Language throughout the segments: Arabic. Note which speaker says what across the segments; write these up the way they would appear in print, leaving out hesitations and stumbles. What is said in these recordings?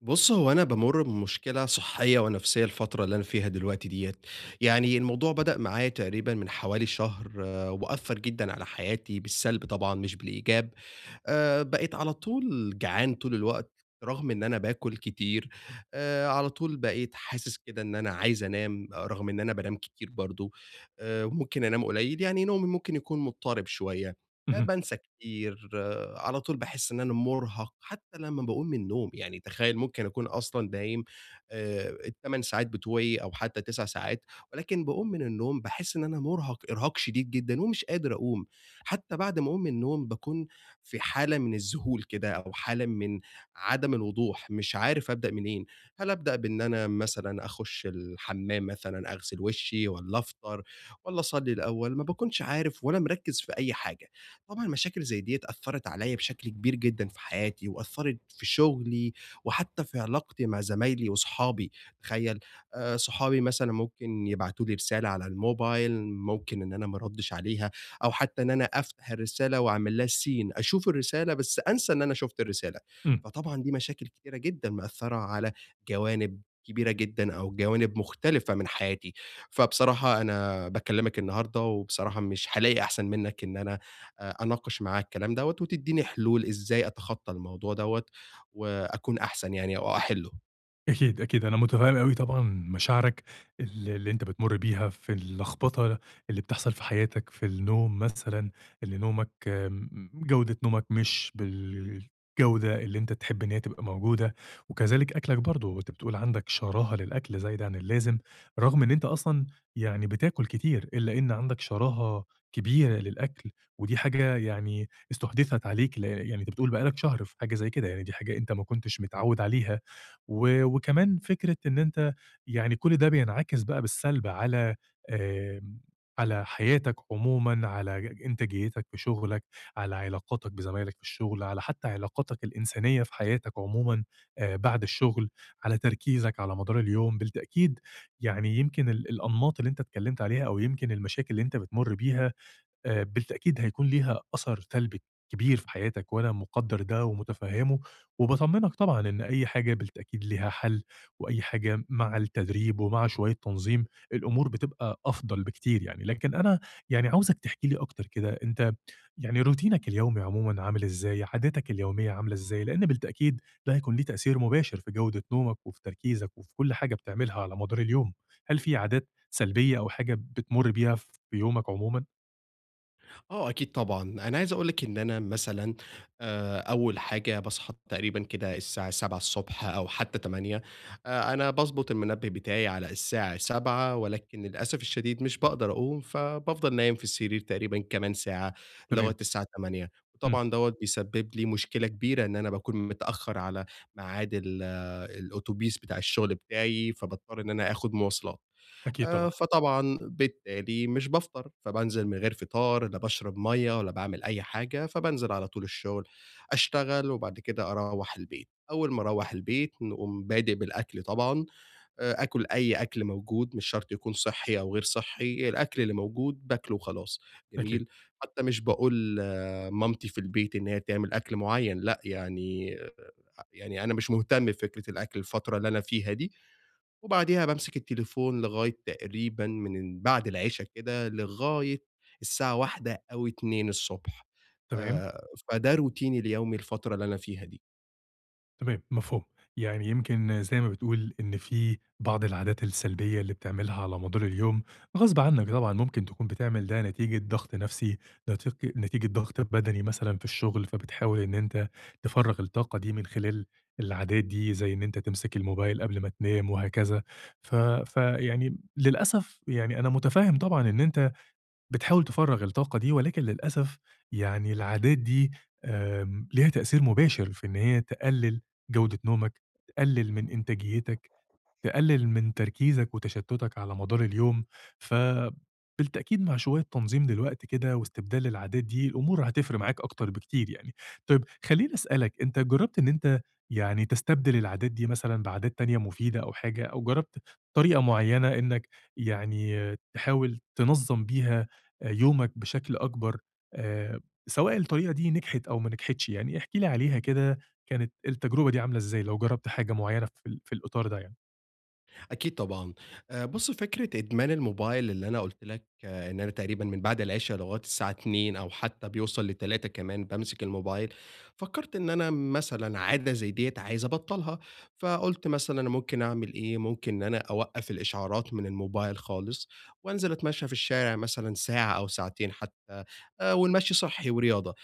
Speaker 1: بُص، هو أنا بامُر بمشكلة صحية ونفسية الفترة اللي أنا فيها دلوقتي ديّة، يعني الموضوع بدأ معايا تقريبًا من حوالي شهر آه، وأثّر جدًا على حياتي بالسلب طبعًا مش بالإيجاب. بقيت على طول جعان طول الوقت رغم إن أنا باكل كتير. على طول بقيت حاسس كده إن أنا عايز أنام رغم إن أنا بانام كتير برضه، وممكن أنام قليل، يعني نومي ممكن يكون مضطرب شوية.
Speaker 2: اهم،
Speaker 1: بانسى كتير آه، على طول باحس إن أنا مُرهَق حتى لمّا باقوم من النوم، يعني تخيّل ممكن أكون أصلًا نايم آآ ال8 ساعات بتوعي أو حتى 9 ساعات، ولكن باقوم من النوم باحس إن أنا مُرهَق إرهاق شديد جدًا ومش قادر أقوم. حتى بعد ما أقوم من النوم باكون في حالة من الذهول كده أو حالة من عدم الوضوح، مش عارف أبدأ منين، هل أبدأ بإن أنا مثلًا أخُش الحمّام مثلًا أغسل وشّي والّا أفطر والّا أصلّي الأول؟ ما باكونش عارف ولا مركّز في أي حاجة. طبعًا مشاكل زي ديّة أثّرت عليّا بشكل كبير جدًا في حياتي، وأثّرت في شغلي، وحتى في علاقتي مع زمايلي وصحابي، تخيّل؟ صحابي مثلًا ممكن يبعتوا لي رسالة على الموبايل، ممكن إن أنا ما أردّش عليها، أو حتى إن أنا أفتح الرسالة وأعمل لها سين، أشوف الرسالة بس أنسى إن أنا شُفت الرسالة.
Speaker 2: إمم،
Speaker 1: فطبعًا دي مشاكل كتيرة جدًا مأثّرة على جوانب كبيرة جدًا أو جوانب مختلفة من حياتي. فبصراحة أنا باكلّمك النهارده وبصراحة مش هالاقي أحسن منّك إن أنا أناقش معاها الكلام دوّة وتدّيني حلول إزاي أتخطّى الموضوع دوّة وأكون أحسن يعني أو أحلّه.
Speaker 2: أكيد، أكيد، أنا متفهم أوي طبعًا مشاعرك اللي أنت بتمُر بيها في اللخبطة اللي بتحصل في حياتك في النوم مثلًا، اللي نومك آمم، جودة نومك مش بالجودة اللي أنت تحب إن هي تبقى موجودة، وكذلك أكلك برضه، أنت بتقول عندك شراهة للأكل زايدة عن اللازم، رغم إن أنت أصلًا يعني بتاكل كتير، إلا إن عندك شراهة كبيرة للأكل، ودي حاجة يعني استُحدثت عليك يعني أنت بتقول بقى لك شهر في حاجة زي كده، يعني دي حاجة أنت ما كنتش متعوّد عليها. و وكمان فكرة إن أنت يعني كل ده بينعكس بقى بالسلب على آمم، على حياتك عمومًا، على إنتاجيتك في شغلك، على علاقاتك بزمايلك في الشغل، على حتى علاقاتك الإنسانية في حياتك عمومًا بعد الشغل، على تركيزك على مدار اليوم، بالتأكيد يعني يمكن الأنماط اللي أنت اتكلمت عليها أو يمكن المشاكل اللي أنت بتمُر بيها بالتأكيد هيكون ليها أثر سلبي كبير في حياتك، وأنا مقدّر ده ومتفهّمه، وباطمّنك طبعًا إن أي حاجة بالتأكيد ليها حل، وأي حاجة مع التدريب ومع شوية تنظيم الأمور بتبقى أفضل بكتير يعني. لكن أنا يعني عاوزك تحكي لي أكتر كده، أنت يعني روتينك اليومي عمومًا عامل إزاي، عاداتك اليومية عاملة إزاي؟ لإن بالتأكيد ده هيكون ليه تأثير مباشر في جودة نومك وفي تركيزك وفي كل حاجة بتعملها على مدار اليوم. هل في عادات سلبية أو حاجة بتمُر بيها في يومك عمومًا؟
Speaker 1: آه، أكيد طبعًا، أنا عايز أقول لِك إن أنا مثلًا، أول حاجة باصحى تقريبًا كده الساعة 7:00 ص أو حتى 8:00. أنا باضبط المنبه بتاعي على الساعة 7:00 ولكن للأسف الشديد مش باقدر أقوم، فبافضل نايم في السرير تقريبًا كمان ساعة لغاية
Speaker 2: تمام.
Speaker 1: الساعة 8:00.
Speaker 2: إمم،
Speaker 1: وطبعًا دوّة بيسبب لي مشكلة كبيرة إن أنا باكون متأخر على ميعاد الأوتوبيس بتاع الشغل بتاعي، فباضطر إن أنا آخد مواصلات.
Speaker 2: أكيد طبعًا،
Speaker 1: فطبعًا بالتالي مش بافطر، فبانزل من غير فطار، لا باشرب مَيّة ولا باعمل أي حاجة، فبانزل على طول الشغل، أشتغل وبعد كده أروّح البيت. أول ما أروّح البيت نقوم بادئ بالأكل طبعًا. آكل أي أكل موجود مش شرط يكون صحّي أو غير صحّي، الأكل اللي موجود باكله وخلاص.
Speaker 2: أكيد،
Speaker 1: جميل، حتى مش باقول مامتي في البيت إن هي تعمل أكل معيّن، لأ، يعني أنا مش مهتم بفكرة الأكل الفترة اللي أنا فيها دي. وبعديها بامسك التليفون لغاية تقريبًا من بعد العِشا كده لغاية الساعة 01:00 أو 02:00 ص.
Speaker 2: تمام،
Speaker 1: آآ، فده روتيني اليومي الفترة اللي أنا فيها دي.
Speaker 2: تمام، مفهوم، يعني يمكن زي ما بتقول إن في بعض العادات السلبية اللي بتعملها على مدار اليوم غصب عنك طبعًا، ممكن تكون بتعمل ده نتيجة ضغط نفسي، نتيجة ضغط بدني مثلًا في الشغل، فبتحاول إن أنت تفرّغ الطاقة دي من خلال العادات دي، زي إن أنت تمسك الموبايل قبل ما تنام وهكذا، ف فيعني للأسف يعني أنا متفهم طبعًا إن أنت بتحاول تفرّغ الطاقة دي، ولكن للأسف يعني العادات دي ليها تأثير مباشر في إن هي تقلِّل جودة نومك، تقلِّل من إنتاجيتك، تقلل من تركيزك وتشتتك على مدار اليوم فبالتأكيد مع شوية تنظيم للوقت كده واستبدال العادات دي الأمور هتفرق معاك أكتر بكتير يعني طيب خليني أسألك أنت جربت إن أنت يعني تستبدل العادات دي مثلا بعادات تانية مفيدة أو حاجة أو جربت طريقة معينة إنك يعني تحاول تنظم بيها يومك بشكل أكبر آه، سواء الطريقة دي نجحت أو ما نجحتش يعني احكي لي عليها كده كانت التجربة دي عاملة إزاي لو جربت حاجة معينة في في الإطار ده يعني
Speaker 1: أكيد طبعًا. بُص، فكرة إدمان الموبايل اللي أنا قُلت لك آه، إن أنا تقريبًا من بعد العشا لغاية الساعة 14:00 أو حتى بيوصل ل15:00 كمان بامسك الموبايل. فكّرت إن أنا مثلًا عادة زي ديّة عايز أبطّلها، فقُلت مثلًا أنا ممكن أعمل إيه، ممكن إن أنا أوقّف الإشعارات من الموبايل خالص وأنزل أتمشى في الشارع مثلًا ساعة أو ساعتين حتى، والمشي صحّي ورياضة،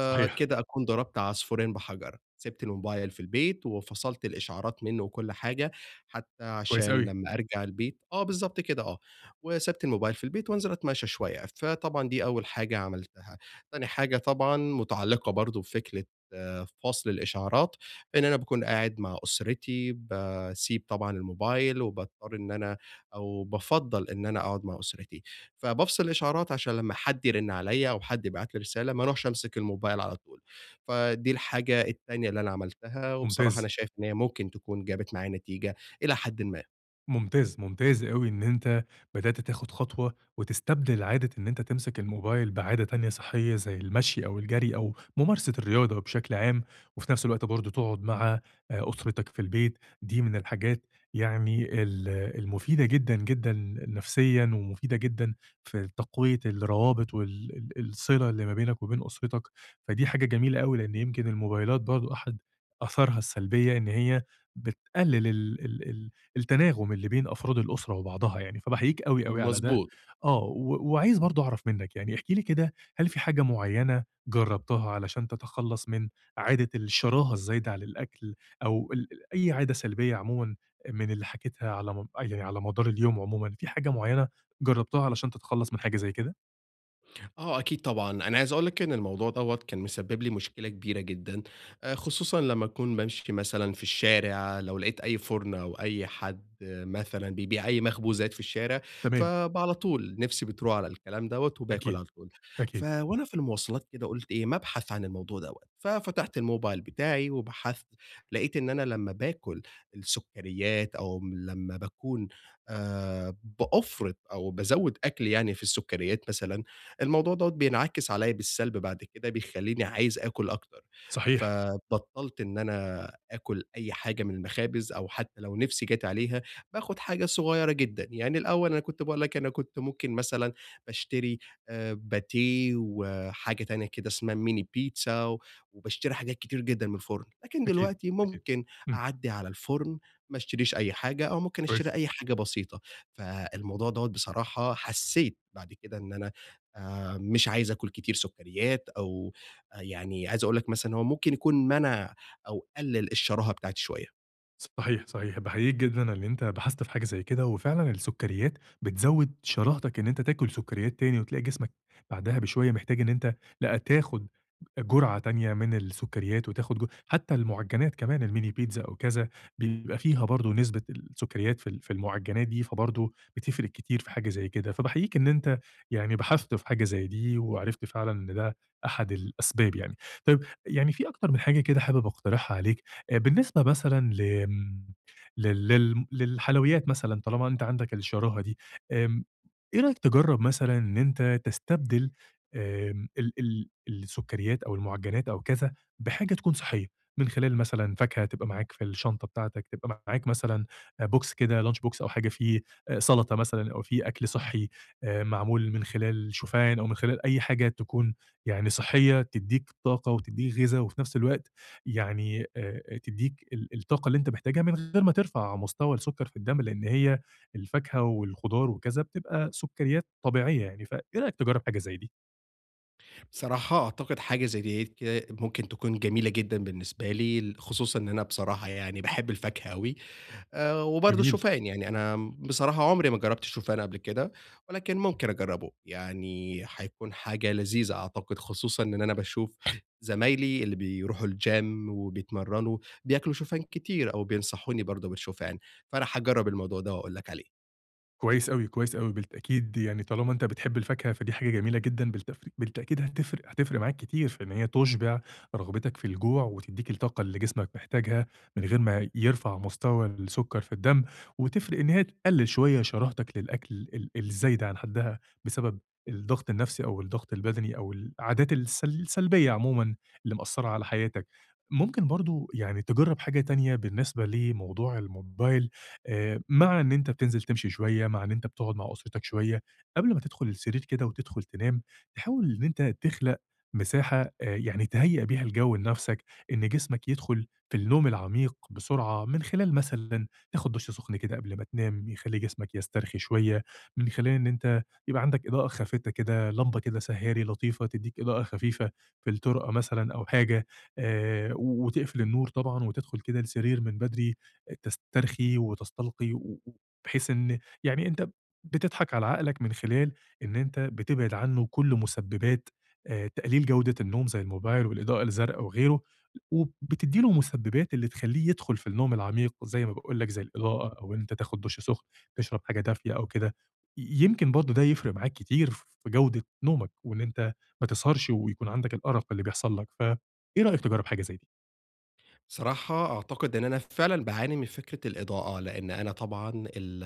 Speaker 2: صحيح،
Speaker 1: أكون ضربت عصفورين بحجر، سِبت الموبايل في البيت وفصلت الإشعارات منّه وكل حاجة، حتى
Speaker 2: كويس
Speaker 1: عشان
Speaker 2: أوي،
Speaker 1: لمّا أرجع البيت آه، بالضبط كده آه، وسِبت الموبايل في البيت وأنزل أتمشى شوية. فطبعًا دي أول حاجة عملتها. تاني حاجة طبعًا متعلقة برضه بفكرة فصل الإشعارات، إن أنا باكون قاعد مع أسرتي، باسيب طبعًا الموبايل وباضطر إن أنا أو بافضّل إن أنا أقعد مع أسرتي، فبافصل الإشعارات عشان لمّا حد يرن عليَّ أو حد يبعت لي رسالة، ما أروحش أمسك الموبايل على طول. فدي الحاجة التانية اللي أنا عملتها، وبصراحة أنا
Speaker 2: ممتاز.
Speaker 1: شايف إن هي ممكن تكون جابت معايا نتيجة إلى حدٍ ما.
Speaker 2: ممتاز، ممتاز أوي إن أنت بدأت تاخد خطوة وتستبدل عادة إن أنت تمسك الموبايل بعادة تانية صحية زي المشي أو الجري أو ممارسة الرياضة بشكل عام، وفي نفس الوقت برضه تقعد مع أسرتك في البيت، دي من الحاجات يعني المفيدة جدًا، جدًا نفسيًا ومفيدة جدًا في تقوية الروابط وال ال الصلة اللي ما بينك وبين أسرتك، فدي حاجة جميلة أوي لإن يمكن الموبايلات برضه أحد آثارها السلبية إن هي بتقلل ال ال ال التناغم اللي بين أفراد الأسرة وبعضها يعني، فباحييك أوي، أوي على ده.
Speaker 1: مضبوط.
Speaker 2: آه، و وعايز برضه أعرف منّك يعني، احكِ لي كده، هل في حاجة معيّنة جرّبتها علشان تتخلّص من عادة الشراهة الزايدة على الأكل أو ال ال أي عادة سلبية عمومًا من اللي حكيتها على يعني على مدار اليوم عمومًا، في حاجة معيّنة جرّبتها علشان تتخلّص من حاجة زي كده؟
Speaker 1: آه، أكيد طبعًا، أنا عايز أقول لك إن الموضوع دوّة كان مسبب لي مشكلة كبيرة جدًا. خصوصًا لمّا أكون بامشي مثلًا في الشارع، لو لقيت أي فُرن أو أي حد آه، مثلًا بيبيع أي مخبوزات في الشارع،
Speaker 2: تمام،
Speaker 1: فعلى طول نِفسي بتروح على الكلام دوّة وباكل
Speaker 2: أكيد،
Speaker 1: على طول.
Speaker 2: أكيد،
Speaker 1: وأنا في المواصلات كده قُلت إيه، ما أبحث عن الموضوع دوّة، ففتحت الموبايل بتاعي وبحثت، لقيت إن أنا لمّا باكل السكريات أو لمّا باكون، بأُفرط أو بازوّد أكلي يعني في السكريات مثلًا، الموضوع دوّة بينعكس عليَّ بالسلب بعد كده، بيخلّيني عايز آكل أكتر.
Speaker 2: صحيح،
Speaker 1: فبطّلت إن أنا آكل أي حاجة من المخابز أو حتى لو نِفْسي جات عليها، باخُد حاجة صغيّرة جدًا، يعني الأول أنا كنت باقول لك أنا كنت ممكن مثلًا باشتري باتيه وحاجة تانية كده اسمها ميني بيتزا وباشتري حاجات كتير جدًا من الفُرن، لكن
Speaker 2: أكيد،
Speaker 1: دلوقتي
Speaker 2: أكيد.
Speaker 1: ممكن
Speaker 2: إمم،
Speaker 1: أعدّي على الفُرن، ما اشتريش أي حاجة أو ممكن أشتري
Speaker 2: كويس.
Speaker 1: أي حاجة بسيطة. فالموضوع دوّة بصراحة حسّيت بعد كده إن أنا مش عايز آكل كتير سُكّريات أو، يعني عايز أقول لك مثلًا هو ممكن يكون مَنَع أو قلِّل الشراهة بتاعتي شوية.
Speaker 2: صحيح، صحيح. باحييك جدًا على إن أنت بحثت في حاجة زي كده، وفعلًا السكريات بتزوّد شراهتك إن أنت تاكل سكريات تاني، وتلاقي جسمك بعدها بشوية محتاج إن أنت لأ، تاخد جرعة تانية من السكريات، وتاخد حتى المعجنات كمان الميني بيتزا أو كذا، بيبقى فيها برضه نسبة السكريات في ال في المعجنات دي، فبرضه بتفرق كتير في حاجة زي كده. فباحييك إن أنت يعني بحثت في حاجة زي دي، وعرفت فعلًا إن ده أحد الأسباب يعني. طيب يعني في أكتر من حاجة كده حابب أقترحها عليك بالنسبة مثلًا لآمم لل لل للحلويات مثلًا طالما أنت عندك الشراهة دي، آمم إيه رأيك تجرّب مثلًا إن أنت تستبدل آمم ال ال السُكّريات أو المُعجّنات أو كذا بحاجة تكون صحّية، من خلال مثلًا فاكهة تبقى معاك في الشنطة بتاعتك، تبقى معاك مثلًا box كده lunch box أو حاجة فيه سَلَطة مثلًا أو فيه أكل صحّي معمول من خلال شوفان أو من خلال أي حاجة تكون يعني صحّية تدّيك طاقة وتدّيك غِذا وفي نفس الوقت يعني تدّيك الطاقة اللي أنت محتاجها من غير ما ترفع مستوى السُكّر في الدم، لإن هي الفاكهة والخضار وكذا بتبقى سُكّريات طبيعية يعني، فإيه رأيك تجرّب حاجة زي دي؟
Speaker 1: بصراحة أعتقد حاجة زي ديّة كده ممكن تكون جميلة جدًا بالنسبة لي، خصوصًا إن أنا بصراحة يعني باحب الفاكهة أوي. وبرضه
Speaker 2: جميل.
Speaker 1: الشوفان، يعني أنا بصراحة عمري ما جرّبت الشوفان قبل كده، ولكن ممكن أجرّبه، يعني هيكون حاجة لذيذة أعتقد، خصوصًا إن أنا باشوف زمايلي اللي بيروحوا الgym وبيتمرّنوا بياكلوا شوفان كتير أو بينصحوني برضه بالشوفان، فأنا هاجرّب الموضوع ده وأقول لك عليه.
Speaker 2: كويس أوي، كويس أوي، بالتأكيد يعني طالما أنت بتحب الفاكهة فدي حاجة جميلة جدًا بالتأكيد هتفرق معاك كتير في إن هي تُشبع رغبتك في الجوع وتدّيك الطاقة اللي جسمك محتاجها من غير ما يرفع مستوى السكر في الدم، وتفرق إن هي تقلل شوية شراهتك للأكل الزايد عن حدها بسبب الضغط النفسي أو الضغط البدني أو العادات السلبية عمومًا اللي مأثّرة على حياتك. ممكن برضه يعني تجرّب حاجة تانية بالنسبة لموضوع الموبايل مع إن أنت بتنزل تمشي شوية، مع إن أنت بتقعد مع أسرتك شوية، قبل ما تدخل السرير كده وتدخل تنام، تحاول إن أنت تخلق مساحة يعني تهيأ بيها الجو لنفسك، إن جسمك يدخل في النوم العميق بسرعة، من خلال مثلًا تاخد دُش سخن كده قبل ما تنام، يخلّي جسمك يسترخي شوية، من خلال إن أنت يبقى عندك إضاءة خافتة كده، لمبة كده سهّاري لطيفة تدّيك إضاءة خفيفة في الطرقة مثلًا أو حاجة، وتقفل النور طبعًا وتدخل كده السرير من بدري، تسترخي وتستلقي و بحيث إن يعني أنت بتضحك على عقلك من خلال إن أنت بتبعد عنه كل مسببات تقليل جودة النوم زي الموبايل والإضاءة الزرقا وغيره، وبتدّي له مسببات اللي تخلّيه يدخل في النوم العميق زي ما باقول لك زي الإضاءة أو إن أنت تاخد دُش سخن، تشرب حاجة دافية أو كده، يمكن برضه ده يفرق معاك كتير في جودة نومك وإن أنت ما تسهرش ويكون عندك الأرق اللي بيحصل لك، فإيه رأيك تجرّب حاجة زي دي؟
Speaker 1: بصراحة أعتقد إن أنا فعلًا باعاني من فكرة الإضاءة، لإن أنا طبعًا ال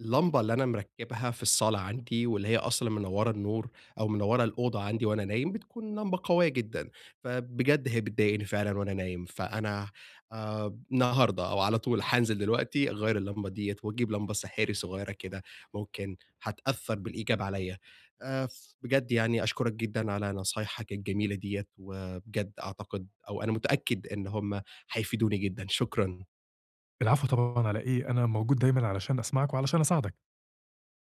Speaker 1: اللمبة اللي أنا مركّبها في الصالة عندي واللي هي أصلًا منوّرة النور أو منوّرة الأوضة عندي وأنا نايم، بتكون لمبة قوية جدًا، فبجد هي بتضايقني فعلًا وأنا نايم. فأنا النهارده أو على طول هانزل دلوقتي أغيّر اللمبة ديّة وأجيب لمبة سحاري صغيرة كده، ممكن هتأثّر بالإيجاب عليَّ. ف بجد يعني أشكرك جدًا على نصايحك الجميلة ديّة، وبجد أعتقد أو أنا متأكد إن هُم هيفيدوني جدا، شكرا.
Speaker 2: العفو طبعًا على إيه، أنا موجود دايمًا علشان أسمعك وعلشان أساعدك.